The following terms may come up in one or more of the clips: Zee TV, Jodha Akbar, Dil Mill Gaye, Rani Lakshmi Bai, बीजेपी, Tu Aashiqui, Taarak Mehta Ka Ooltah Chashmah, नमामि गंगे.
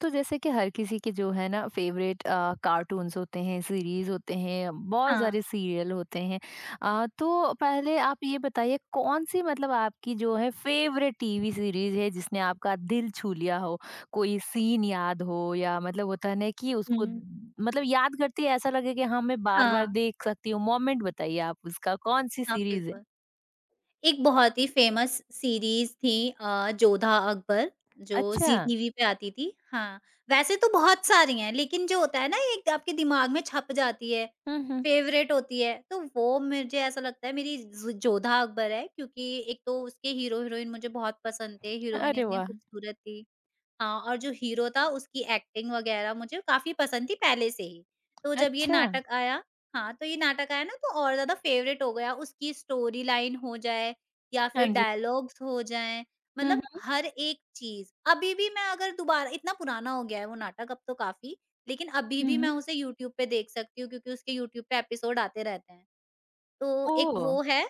तो जैसे कि हर किसी के जो है ना favourite cartoons होते हैं सीरीज होते हैं बहुत हाँ। सारे सीरियल होते हैं। तो पहले आप ये बताइए कौन सी मतलब आपकी जो है फेवरेट टीवी सीरीज है जिसने आपका दिल छू लिया हो। कोई सीन याद हो या मतलब होता है ना कि उसको हुँ। मतलब याद करती है ऐसा लगे कि हाँ मैं बार बार हाँ, देख सकती हूँ मोमेंट बताइए आप उसका कौन सी हाँ, सीरीज है। बिल्कुल। एक बहुत ही फ़ेमस सीरीज़ थी जोधा अकबर जो अच्छा। ज़ी टीवी पे आती थी। हाँ, वैसे तो बहुत सारी हैं लेकिन जो होता है ना एक आपके दिमाग में छप जाती है, हम्म। फ़ेवरेट होती है, तो वो मुझे ऐसा लगता है मेरी ज़ जोधा अकबर है क्योंकि एक तो उसके हीरो-हीरोइन मुझे बहुत पसंद थे, हीरोइन अरे इतनी वाह। खूबसूरत थी। हाँ, और जो हीरो था उसकी एक्टिंग वग़ैरह मुझे काफ़ी पसंद थी पहले से ही। तो जब ये अच्छा। नाटक आया हाँ, तो ये नाटक आया ना तो और ज़्यादा फ़ेवरेट हो गया। उसकी स्टोरी लाइन हो जाए या हाँ फिर जी। डायलॉग्स हो जाएँ, मतलब हम्म हर एक चीज़। अभी भी मैं अगर दोबारा इतना पुराना हो गया है वो नाटक अब तो काफ़ी, लेकिन अभी हम्म भी हम्म, मैं हम्म। उसे यूट्यूब पे देख सकती हूँ क्योंकि उसके यूट्यूब पे एपिसोड आते रहते हैं। तो ओ। एक वो है,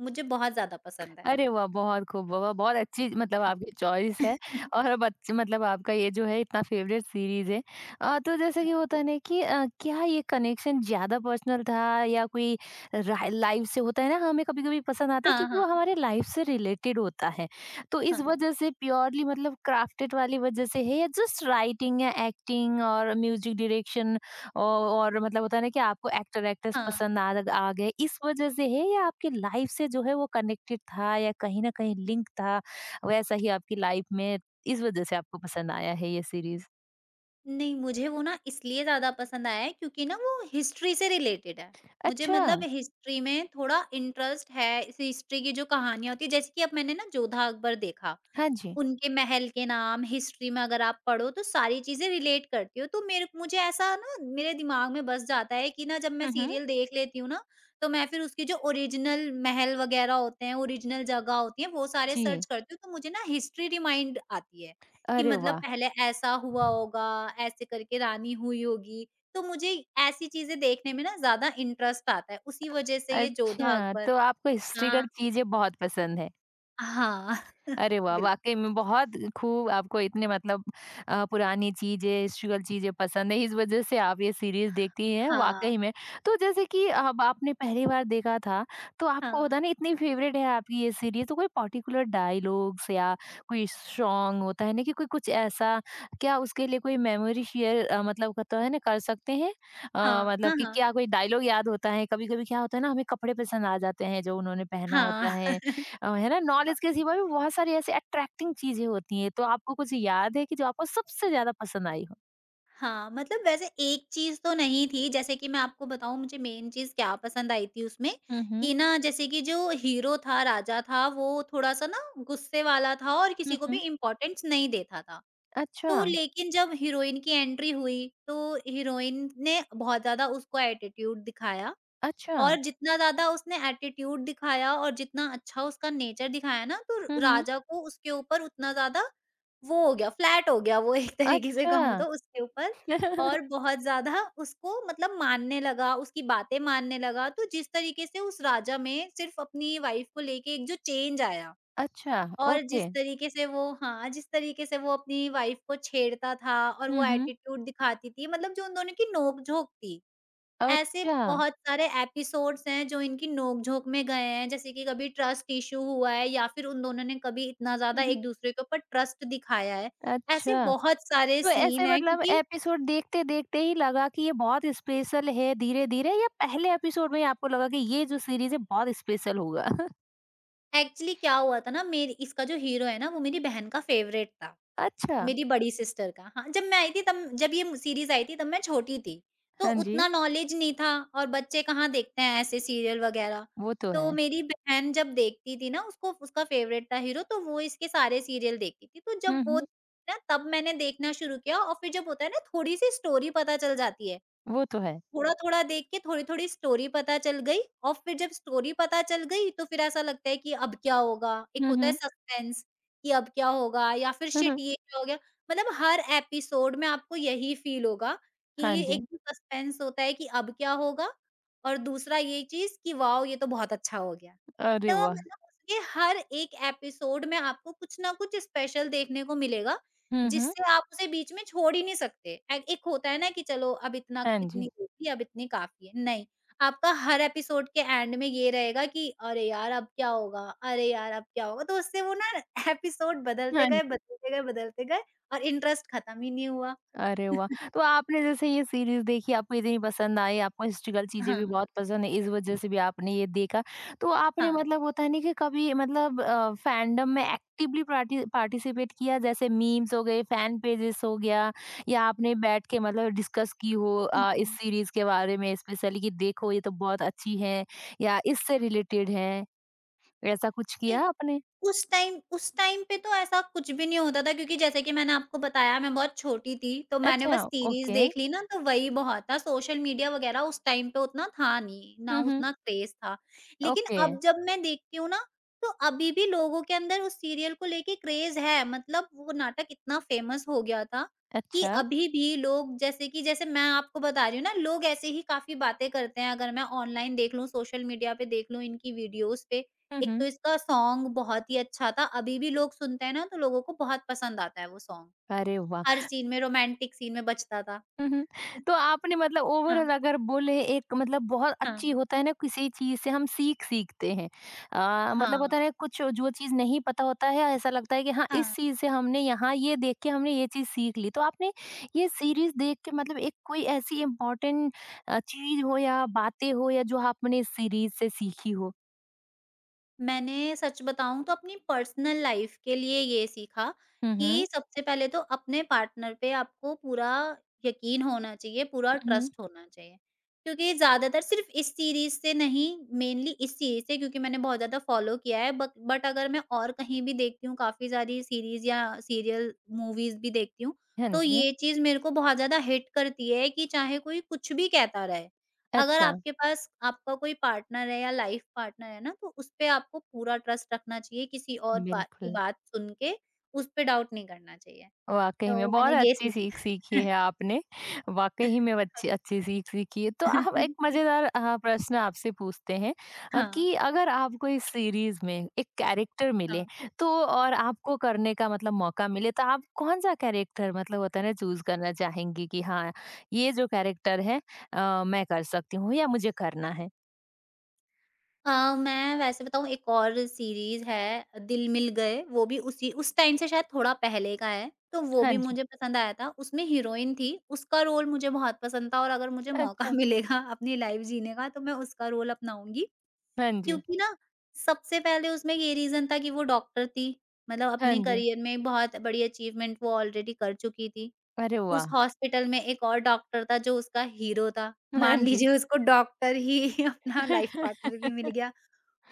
मुझे बहुत ज़्यादा पसंद है। अरे वाह! बहुत खूब, वाह! बहुत अच्छी मतलब हाँ, आपकी चॉइस है। और बच मतलब आपका ये जो है इतना फ़ेवरेट सीरीज़ है। तो जैसे कि होता है ना कि क्या ये कनेक्शन ज़्यादा पर्सनल था या कोई रा लाइफ़ से होता है ना हमें कभी-कभी पसंद आता है हाँ, क्योंकि वो हाँ, हमारे लाइफ़ से रिलेटेड होता है। तो इस हाँ, वजह से प्योरली मतलब क्राफ्टेड वाली वजह से है या जस्ट राइटिंग या एक्टिंग और म्यूज़िक डायरेक्शन औ और मतलब होता है ना कि आपको एक्टर एक्ट्रेस हाँ। पसंद आ आ गए इस वजह से है या आपकी लाइफ से जो है वो कनेक्टेड था या कहीं न कहीं लिंक था, वैसा ही आपकी लाइफ में इस वजह से आपको पसंद आया है ये सीरीज़? नहीं, मुझे वो ना इसलिए ज़्यादा पसंद आया है क्योंकि ना वो हिस्ट्री से रिलेटेड है। मुझे अच्छा। मतलब हिस्ट्री में थोड़ा इंटरेस्ट है, इस हिस्ट्री की जो कहानियाँ होती हैं जैसे कि अब मैंने ना जोधा अकबर देखा। हाँ जी। उनके महल के नाम, हिस्ट्री में अगर आप पढ़ो तो सारी चीज़ें रिलेट करती हो, तो मेरे मुझे ऐसा ना मेरे दिमाग में बस जाता है कि ना जब मैं हुँ, हुँ। सीरियल देख लेती हूँ ना, तो मैं फिर उसके जो ओरिजिनल महल वगैरह होते हैं, ओरिजिनल जगह होती है, वो सारे जी। सर्च करती हूँ, तो मुझे ना हिस्ट्री रिमाइंड आती है, कि अरे मतलब वाह! पहले ऐसा हुआ होगा, ऐसे करके रानी हुई होगी, तो मुझे ऐसी चीज़ें देखने में ना ज़्यादा इंटरेस्ट आता है, उसी वजह से ये जोधा अच्छा, अकबर तो आपको हाँ, हिस्ट्रिकल चीज़ें बहुत पसंद है। हाँ, अरे वाह! बिल्कुल, वाक़ई में बहुत खूब आपको इतने मतलब पुरानी चीज़ें, हिस्ट्ोरिकल चीज़ें पसंद है, इस वजह से आप ये सीरीज़ देखती हैं, हाँ, वाक़ई में। तो जैसे कि अब आपने पहली बार देखा था, तो आपको हाँ, होता है ना इतनी फ़ेवरेट है आपकी ये सीरीज़, तो कोई पर्टिकुलर डायलॉग्स या कोई सॉन्ग होता है ना कि कोई कुछ ऐसा, क्या उसके लिए कोई मेमोरी शेयर मतलब होता है ना कर सकते हैं? अ, हाँ, मतलब हाँ, कि हाँ। क्या कोई डायलॉग याद होता है? कभी-कभी क्या होता है ना, हमें कपड़े पसंद आ जाते हैं जो उन्होंने पहना होता हाँ, है, है ना? हाँ, नॉलेज के सिवा भी बहुत सारी ऐसी अट्रैक्टिंग चीज़ें होती हैं, तो आपको कुछ याद है कि जो आपको सबसे ज़्यादा पसंद आई हो? हाँ, मतलब वैसे एक चीज़ तो नहीं थी, जैसे कि मैं आपको बताऊँ मुझे मेन चीज़ क्या पसंद आई थी उसमें, हुँ, हुँ। कि ना जैसे कि जो हीरो था, राजा था, वो थोड़ा-सा ना गुस्से वाला था और हुँ, किसी को भी हुँ। इम्पोर्टेंस नहीं देता था। अच्छा। तो लेकिन जब हीरोइन की एंट्री हुई, तो हीरोइन ने बहुत ज़्यादा उसको एटीट्यूड दिखाया अच्छा। और जितना ज़्यादा उसने एटीट्यूड दिखाया और जितना अच्छा उसका नेचर दिखाया ना, तो हुँ, हुँ। राजा को उसके ऊपर उतना ज़्यादा वो हो गया, फ्लैट हो गया वो एक तरीके से अच्छा। कहूँ तो उसके ऊपर और बहुत ज़्यादा उसको मतलब मानने लगा, उसकी बातें मानने लगा। तो जिस तरीके से उस राजा में सिर्फ़ अपनी वाइफ़ को लेके एक जो चेंज आया अच्छा, और जिस ओके। तरीके से वो हाँ, जिस तरीके से वो अपनी वाइफ़ को छेड़ता था और हुँ, वो हुँ। एटीट्यूड दिखाती थी, मतलब जो उन दोनों की नोक-झोंक थी। ऐसे अच्छा। बहुत सारे एपिसोड्स हैं जो इनकी नोक-झोंक में गए हैं, जैसे कि कभी ट्रस्ट इश्यू हुआ है या फिर उन दोनों ने कभी इतना हुँ, ज़्यादा हुँ। एक-दूसरे के ऊपर ट्रस्ट दिखाया है। ऐसे अच्छा। बहुत सारे तो सीन ऐसे हैं मतलब क्योंकि एपिसोड देखते-देखते ही लगा कि ये बहुत स्पेशल है धीरे-धीरे या पहले एपिसोड में ही आपको लगा कि ये जो सीरीज़ है बहुत स्पेशल होगा? एक्चुअली क्या हुआ था ना मेरी इसका जो हीरो है ना वो मेरी बहन का फ़ेवरेट था। अच्छा। मेरी बड़ी सिस्टर का। हाँ, जब मैं आई थी तब जब ये म सीरीज़ आई थी तब मैं छोटी थी, तो हाँ जी, उतना नॉलेज नहीं था और बच्चे कहाँ देखते हैं ऐसे सीरियल वग़ैरह। वो तो है। तो मेरी बहन जब देखती थी ना उसको उसका फ़ेवरेट था हीरो तो वो इसके सारे सीरियल देखती थी। तो जब हुँ, वो हुँ। देखती ना तब मैंने देखना शुरू किया और फिर जब होता है ना थोड़ी-सी स्टोरी पता चल जाती है, वो तो है। थोड़ा-थोड़ा देख के थोड़ी-थोड़ी स्टोरी पता चल गई और फिर जब स्टोरी पता चल गई तो फिर ऐसा लगता है कि अब क्या होगा? एक हुँ, होता है हुँ। सस्पेंस कि अब क्या होगा? या फिर शिट ये क्या हो गया? मतलब हर एपिसोड में आपको यही फील होगा कि हाँ जी। एक तो सस्पेंस होता है कि अब क्या होगा? और दूसरा ये चीज़ कि वॉव! ये तो बहुत अच्छा हो गया। अरे तो वाह! मतलब उसके हर एक एपिसोड में आपको कुछ ना कुछ स्पेशल देखने को मिलेगा। हुँ, हुँ। जिससे आप उसे बीच में छोड़ ही नहीं सकते। ए एक होता है ना कि चलो अब इतना हाँ जी। इतनी होगी, अब इतनी काफ़ी है, नहीं। आपका हर एपिसोड के एंड में ये रहेगा कि अरे यार! अब क्या होगा? अरे यार! अब क्या होगा? तो उससे वो ना एपिसोड बदलते हाँ गए, जी। बदलते गए, बदलते गए और इंटरेस्ट खत्म ही नहीं हुआ। अरे वाह! तो आपने जैसे ये सीरीज़ देखी, आपको इतनी पसंद आई, आपको हिस्ट्रिकल चीज़ें हाँ, भी बहुत पसंद है, इस वजह से भी आपने ये देखा। तो आपने हाँ। मतलब होता है ना कि कभी मतलब फैंडम में एक्टिवली पार्टी पार्टिसिपेट किया? जैसे मीम्स हो गए, फैन पेजेस हो गया या आपने बैठ के मतलब डिस्कस की हो, हुँ, इस हुँ। सीरीज़ के बारे में स्पेशली कि देखो ये तो बहुत अच्छी है या इससे रिलेटेड है, ऐसा कुछ किया आपने? उस टाइम पे तो ऐसा कुछ भी नहीं होता था क्योंकि जैसे कि मैंने आपको बताया मैं बहुत छोटी थी, तो मैंने अच्छा, बस सीरीज़ ओके। देख ली ना तो वही बहुत था, सोशल मीडिया वग़ैरह उस टाइम पे उतना था नहीं, ना हुँ, हुँ। उतना क्रेज़ था। लेकिन ओके, अब जब मैं देखती हूँ ना, तो अभी भी लोगों के अंदर उस सीरियल को लेके क्रेज़ है, मतलब वो नाटक इतना फ़ेमस हो गया था कि अच्छा। अभी भी लोग जैसे कि जैसे मैं आपको बता रही हूँ ना, लोग ऐसे ही काफ़ी बातें करते हैं अगर मैं ऑनलाइन देख लूँ, सोशल मीडिया पे देख लूँ, इनकी वीडियोज़ पे, हुँ, एक तो हुँ। इसका सॉन्ग बहुत ही अच्छा था, अभी भी लोग सुनते हैं ना तो लोगों को बहुत पसंद आता है वो सॉन्ग। अरे वाह! हर सीन में रोमांटिक सीन में बजता था। हुँ, हुँ। तो आपने मतलब हाँ, ओवरॉल अगर बोले एक मतलब बहुत अच्छी हाँ। होता है ना किसी चीज़ से हम सीखते हैं। मतलब हाँ। होता है कुछ जो चीज़ नहीं पता होता है ऐसा लगता है कि हाँ, इस हाँ। चीज़ से हमने यहाँ ये देख के हमने ये चीज़ सीख ली। तो आपने ये सीरीज़ देख के मतलब एक कोई ऐसी इम्पोर्टेंट चीज़ हो या बातें हो या जो आपने इस सीरीज़ से सीखी हो? मैंने सच बताऊँ तो अपनी पर्सनल लाइफ के लिए ये सीखा हुँ, हुँ। कि सबसे पहले तो अपने पार्टनर पे आपको पूरा यकीन होना चाहिए, पूरा हुँ, हुँ। ट्रस्ट होना चाहिए। क्योंकि ज़्यादातर सिर्फ़ इस सीरीज़ से नहीं, मेनली इस सीरीज़ से क्योंकि मैंने बहुत ज़्यादा फ़ॉलो किया है बक बट अगर मैं और कहीं भी देखती हूँ, काफ़ी सारी सीरीज़ या सीरियल, मूवीज़ भी देखती हूँ, हुँ, हाँ तो जी। ये चीज़ मेरे को बहुत ज़्यादा हिट करती है कि चाहे कोई कुछ भी कहता रहे। अगर अच्छा, आपके पास आपका कोई पार्टनर है या लाइफ पार्टनर है ना, तो उसपे आपको पूरा ट्रस्ट रखना चाहिए, किसी और बा की बिल्कुल। बात सुन के उसपे डाउट नहीं करना चाहिए। वाक़ई में तो मैंने बहुत ये अच्छी सीख सीखा सीखी है आपने। वाक़ई में अच्छी अच्छी सीख सीखी है। तो हम एक मज़ेदार प्रश्न आपसे पूछते हैं, हाँ, कि अगर आपको इस सीरीज़ में एक कैरेक्टर मिले हाँ। तो और आपको करने का मतलब मौका मिले तो आप कौन-सा कैरेक्टर मतलब होता है ना चूज़ करना चाहेंगी कि हाँ, ये जो कैरेक्टर है, मैं कर सकती हूँ या मुझे करना है? मैं वैसे बताऊँ एक और सीरीज़ है दिल मिल गए, वो भी उसी उस टाइम से शायद थोड़ा पहले का है, तो वो हाँ भी जी। मुझे पसंद आया था। उसमें हीरोइन थी, उसका रोल मुझे बहुत पसंद था और अगर मुझे मौका अच्छा। मिलेगा अपनी लाइफ जीने का, तो मैं उसका रोल अपनाऊँगी। हाँ जी। क्योंकि ना सबसे पहले उसमें ये रीज़न था कि वो डॉक्टर थी। मतलब हाँ अपने जी। करियर में बहुत बड़ी अचीवमेंट वो ऑलरेडी कर चुकी थी। अरे उस वाह! हॉस्पिटल में एक और डॉक्टर था जो उसका हीरो था। हाँ मान जी। लीजिए उसको डॉक्टर ही अपना लाइफ पार्टनर भी मिल गया।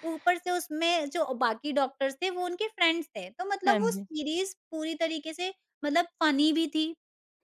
ऊपर से उसमें जो बाकी डॉक्टर्स थे वो उनके फ्रेंड्स थे। तो हाँ मतलब वो जी। सीरीज़ पूरी तरीके से मतलब फ़नी भी थी।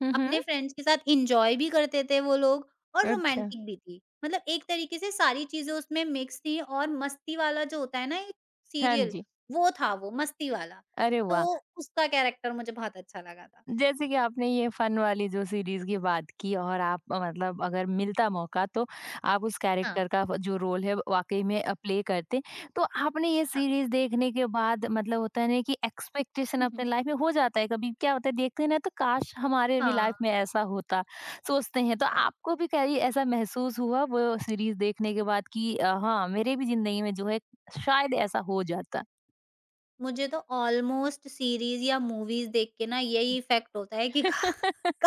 हुँ, हुँ। अपने फ्रेंड्स के साथ एन्जॉय भी करते थे वो लोग और अच्छा। रोमांटिक भी थी। मतलब एक तरीके से सारी चीज़ें उसमें मिक्स थी और मस्ती वाला जो होता है ना एक हाँ सीरियल, जी। वो था वो मस्ती वाला। अरे वाह! तो उसका कैरेक्टर मुझे बहुत अच्छा लगा था। जैसे कि आपने ये फन वाली जो सीरीज़ की बात की और आप, मतलब अगर मिलता मौका तो आप उस हाँ, कैरेक्टर का जो रोल है वाक़ई में प्ले करते। तो आपने ये हाँ। सीरीज़ देखने के बाद मतलब होता है ना कि एक्सपेक्टेशन हुँ, अपने हुँ। लाइफ़ में हो जाता है कभी क्या होता है देखते हैं ना तो काश हमारे भी हाँ, लाइफ़ में ऐसा होता, सोचते हैं। तो हाँ। आपको भी कहीं ऐसा महसूस हुआ वो सीरीज़ देखने के बाद कि हाँ, मेरे भी ज़िंदगी में जो है शायद ऐसा हो जाता? मुझे तो ऑलमोस्ट सीरीज़ या मूवीज़ देख के ना यही इफ़ेक्ट होता है कि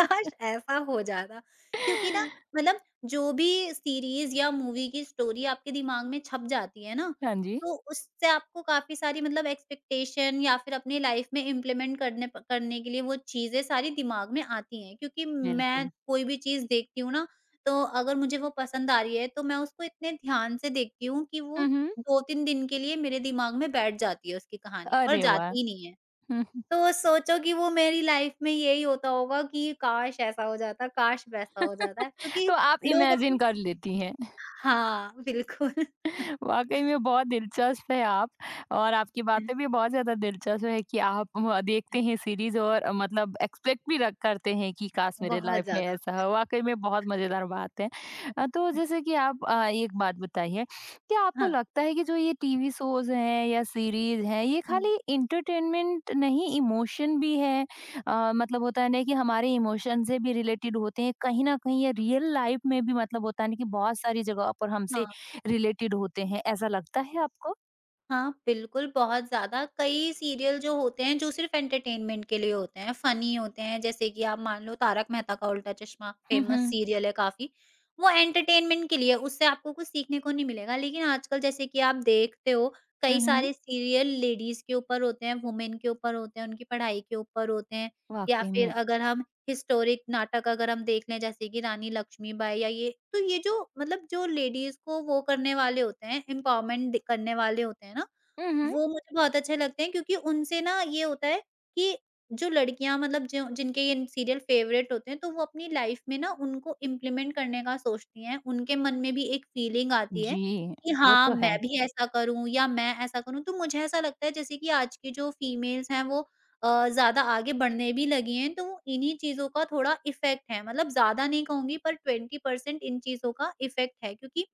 काश ऐसा हो जाता क्योंकि ना मतलब जो भी सीरीज़ या मूवी की स्टोरी आपके दिमाग में छप जाती है ना, हाँ जी, तो उससे आपको काफ़ी सारी मतलब एक्सपेक्टेशन या फिर अपनी लाइफ़ में इम्प्लीमेंट करने के लिए वो चीज़ें सारी दिमाग में आती हैं। क्योंकि मैं बिल्कुल। कोई भी चीज़ देखती हूँ ना, तो अगर मुझे वो पसंद आ रही है तो मैं उसको इतने ध्यान से देखती हूँ कि वो हुँ, हुँ। 2-3 दिन के लिए मेरे दिमाग में बैठ जाती है उसकी कहानी और अरे वाह! जाती ही नहीं है। हुँ। तो सोचो कि वो मेरी लाइफ में यही होता होगा कि काश ऐसा हो जाता, काश वैसा हो जाता। क्योंकि तो आप लोग इमेजिन अपन कर लेती हैं। हाँ, बिल्कुल। वाक़ई में बहुत दिलचस्प है आप और आपकी बातें भी बहुत ज़्यादा दिलचस्प है कि आप म देखते हैं सीरीज़ और, मतलब एक्सपेक्ट भी रख करते हैं कि काश मेरे बहुत लाइफ़ में ज़्यादा। ऐसा हो। वाक़ई में बहुत मज़ेदार बात है। तो जैसे कि आप, एक बात बताइए, क्या आपको हाँ। लगता है कि जो ये टीवी शोज़ हैं या सीरीज़ हैं, ये हुँ, खाली एंटरटेनमेंट नहीं इमोशन भी है? मतलब होता है ना कि हमारे इमोशन से भी रिलेटेड होते हैं, कहीं न कहीं ये रियल लाइफ़ में भी मतलब होता है ना कि बहुत सारी जगह पर हमसे हाँ। रिलेटेड होते हैं, ऐसा लगता है आपको? हाँ, बिल्कुल, बहुत ज़्यादा। कई सीरियल जो होते हैं, जो सिर्फ़ एंटरटेनमेंट के लिए होते हैं, फ़नी होते हैं, जैसे कि आप मान लो तारक मेहता का उल्टा चश्मा, हुँ, फ़ेमस हुँ। सीरियल है काफ़ी। वो एंटरटेनमेंट के लिए है, उससे आपको कुछ सीखने को नहीं मिलेगा। लेकिन आजकल जैसे कि आप देखते हो, हुँ, कई हुँ। सारे सीरियल लेडीज़ के ऊपर होते हैं, वुमेन के ऊपर होते हैं, उनकी पढ़ाई के ऊपर होते हैं, या वाक़ई फिर में। अगर हम हिस्टोरिक नाटक अगर हम देख लें जैसे कि रानी लक्ष्मीबाई या ये तो ये जो मतलब जो लेडीज़ को वो करने वाले होते हैं, एम्पावरमेंट करने वाले होते हैं ना, हुँ, हुँ। वो मुझे बहुत अच्छे लगते हैं क्योंकि उनसे ना ये होता है कि जो लड़कियाँ मतलब जो जिनके ये सीरियल फ़ेवरेट होते हैं, तो वो अपनी लाइफ़ में ना उनको इम्प्लीमेंट करने का सोचती हैं। उनके मन में भी एक फ़ीलिंग आती है जी, कि वो हाँ, तो मैं है। भी ऐसा करूँ या मैं ऐसा करूँ। तो मुझे ऐसा लगता है जैसे कि आज की जो फ़ीमेल्स हैं वो ज़्यादा आगे बढ़ने भी लगी हैं, तो वो इन्हीं चीज़ों का थोड़ा इफ़ेक्ट है। मतलब ज़्यादा नहीं कहूँगी पर 20% इन चीज़ों का इफ़ेक्ट है क्योंकि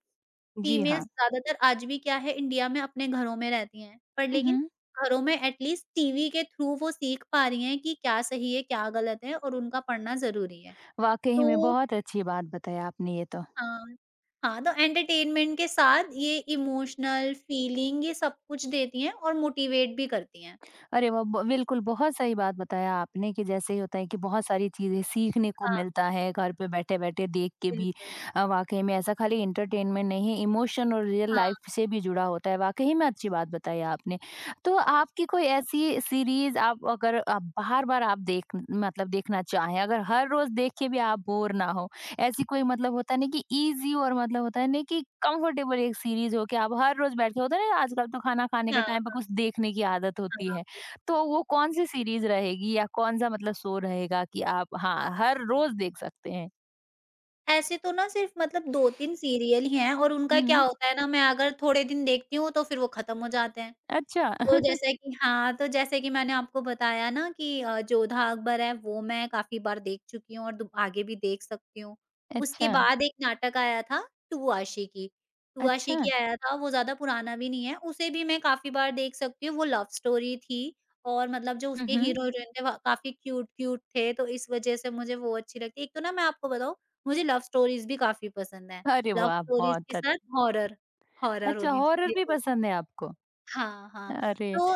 जी हाँ। फीमेल्स ज़्यादातर आज भी क्या है इंडिया में अपने घरों में रहती हैं, पर हुँ, लेकिन हुँ। घरों में एटलीस्ट टीवी के थ्रू वो सीख पा रही हैं कि क्या सही है, क्या गलत है और उनका पढ़ना ज़रूरी है। वाक़ई में तो बहुत अच्छी बात बताई आपने ये तो। हाँ, हाँ, तो एंटरटेनमेंट के साथ ये इमोशनल फीलिंग ये सब कुछ देती हैं और मोटिवेट भी करती हैं। अरे वाह! ब बिल्कुल, बहुत सही बात बताया आपने कि जैसे ही होता है कि बहुत सारी चीज़ें सीखने को हाँ, मिलता है घर पे बैठे-बैठे देख के भी। बिल्कुल। वाक़ई में ऐसा खाली एंटरटेनमेंट नहीं, है, इमोशन और रियल हाँ, लाइफ से भी जुड़ा होता है। वाक़ई में अच्छी बात बताई आपने। तो आपकी कोई ऐसी सीरीज़ आप अगर आप बार-बार आप देख मतलब देखना चाहें, अगर हर रोज़ देख के भी आप बोर ना हो, ऐसी कोई मतलब होता है ना कि ईज़ी और मतलब होता है ना कि कंफर्टेबल एक सीरीज़ हो कि आप हर रोज़ बैठ के होता है ना आजकल तो खाना खाने के हाँ, टाइम पे हाँ, कुछ देखने की आदत होती हाँ, है। बिल तो वो कौन-सी सीरीज़ रहेगी या कौन-सा मतलब शो रहेगा कि आप हाँ, हर रोज़ देख सकते हैं? ऐसे तो ना सिर्फ़ मतलब 2-3 सीरियल ही हैं और उनका हुँ, क्या हुँ। होता है ना मैं अगर थोड़े दिन देखती हूँ तो फिर वो खत्म हो जाते हैं। अच्छा। तो जैसे कि हाँ, तो जैसे कि मैंने आपको बताया ना कि जोधा अकबर है वो मैं काफ़ी बार देख चुकी हूँ और दु आगे भी देख सकती हूँ। उसके अच्छा, बाद एक नाटक आया था टू आशिकी, टू अच्छा। आशिकी आया था वो ज़्यादा पुराना भी नहीं है, उसे भी मैं काफ़ी बार देख सकती हूँ। वो लव स्टोरी थी और मतलब जो हुँ, उसके हुँ। हीरो-हीरोइन थे वह काफ़ी क्यूट-क्यूट थे, तो इस वज़ह से मुझे वो अच्छी लगती है। एक तो ना मैं आपको बताऊँ मुझे लव स्टोरीज़ भी काफ़ी पसंद हैं। अरे लव वाह! स्टोरीज़ बहुत के साथ हॉरर, हॉरर अच्छा, होनी हॉरर चाहिए भी तो। पसंद है आपको? हाँ, हाँ। अरे, तो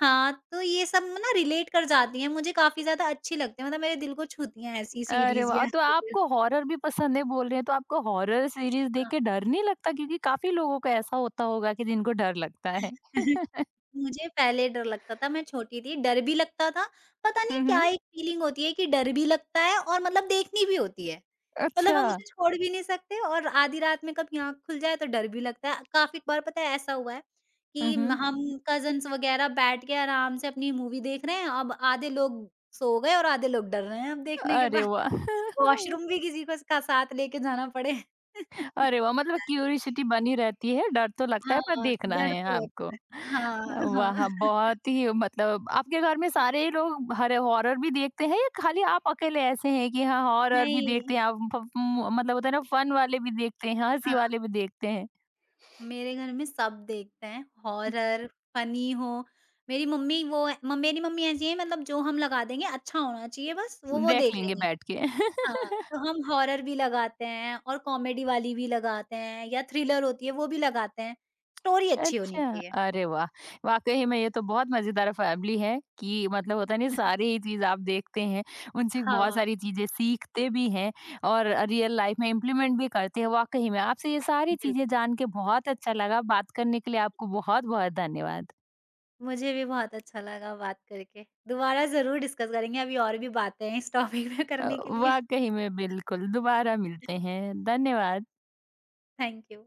हाँ, तो ये सब ना रिलेट कर जाती हैं, मुझे काफ़ी ज़्यादा अच्छी लगती हैं, मतलब मेरे दिल को छूती हैं ऐसी अरे सीरीज़ वाह! या तो सीरियल। आपको हॉरर भी पसंद है बोल रहे हैं, तो आपको हॉरर सीरीज़ देख हाँ। के डर नहीं लगता? क्योंकि काफ़ी लोगों को ऐसा होता होगा कि जिनको डर लगता है। मुझे पहले डर लगता था, मैं छोटी थी, डर भी लगता था, पता नहीं हुँ, हुँ। क्या एक फीलिंग होती है कि डर भी लगता है और मतलब देखनी भी होती है। मतलब अच्छा। हम उसे छोड़ भी नहीं सकते और आधी रात में कभी आँख खुल जाए तो डर भी लगता है। काफ़ी बार पता है ऐसा हुआ है हुँ, कि म हुँ। हम कज़िन्स वग़ैरह बैठ के आराम से अपनी मूवी देख रहे हैं, अब आधे लोग सो गए और आधे लोग डर रहे हैं अब देखने के अरे बाद। वाह! वॉशरूम भी किसी को का साथ लेके जाना पड़े। अरे वाह! मतलब क्यूरियोसिटी बनी रहती है, डर तो लगता है पर हाँ, देखना डर है तो लग आपको। हाँ, हाँ। वाह! बहुत ही मतलब आपके घर में सारे लोग हरे हॉरर भी देखते हैं या खाली आप अकेले ऐसे हैं कि हाँ, हॉरर भी देखते नहीं। हैं आप, फ म मतलब होता है ना फन वाले भी देखते हैं, हँसी वाले हाँ। भी देखते हैं? मेरे घर में सब देखते हैं, हॉरर, फनी हो। मेरी मम्मी वो है म मेरी मम्मी ऐसी है मतलब जो हम लगा देंगे अच्छा होना चाहिए बस, वो देख देख लेंगे लेंगी। बैठ के। हाँ, तो हम हॉरर भी लगाते हैं और कॉमेडी वाली भी लगाते हैं या थ्रिलर होती है वो भी लगाते हैं। स्टोरी अच्छी होनी अच्छा, चाहिए। अरे वाह! वाक़ई में ये तो बहुत मज़ेदार फैमिली है कि मतलब होता है ना सारी ये चीज़ आप देखते हैं, उनसे हाँ, बहुत सारी चीज़ें सीखते भी हैं और रियल लाइफ़ में इम्प्लीमेंट भी करते हैं, वाक़ई में। आपसे ये सारी बिल चीज़ें जान के बहुत अच्छा लगा, बात करने के लिए आपको बहुत-बहुत धन्यवाद। मुझे भी बहुत अच्छा लगा बात करके। दोबारा ज़रूर डिस्कस करेंगे, अभी और भी बातें हैं इस टॉपिक पे अ, करने के लिए। वाक़ई में बिल्कुल, दोबारा मिलते हैं, धन्यवाद। Thank you.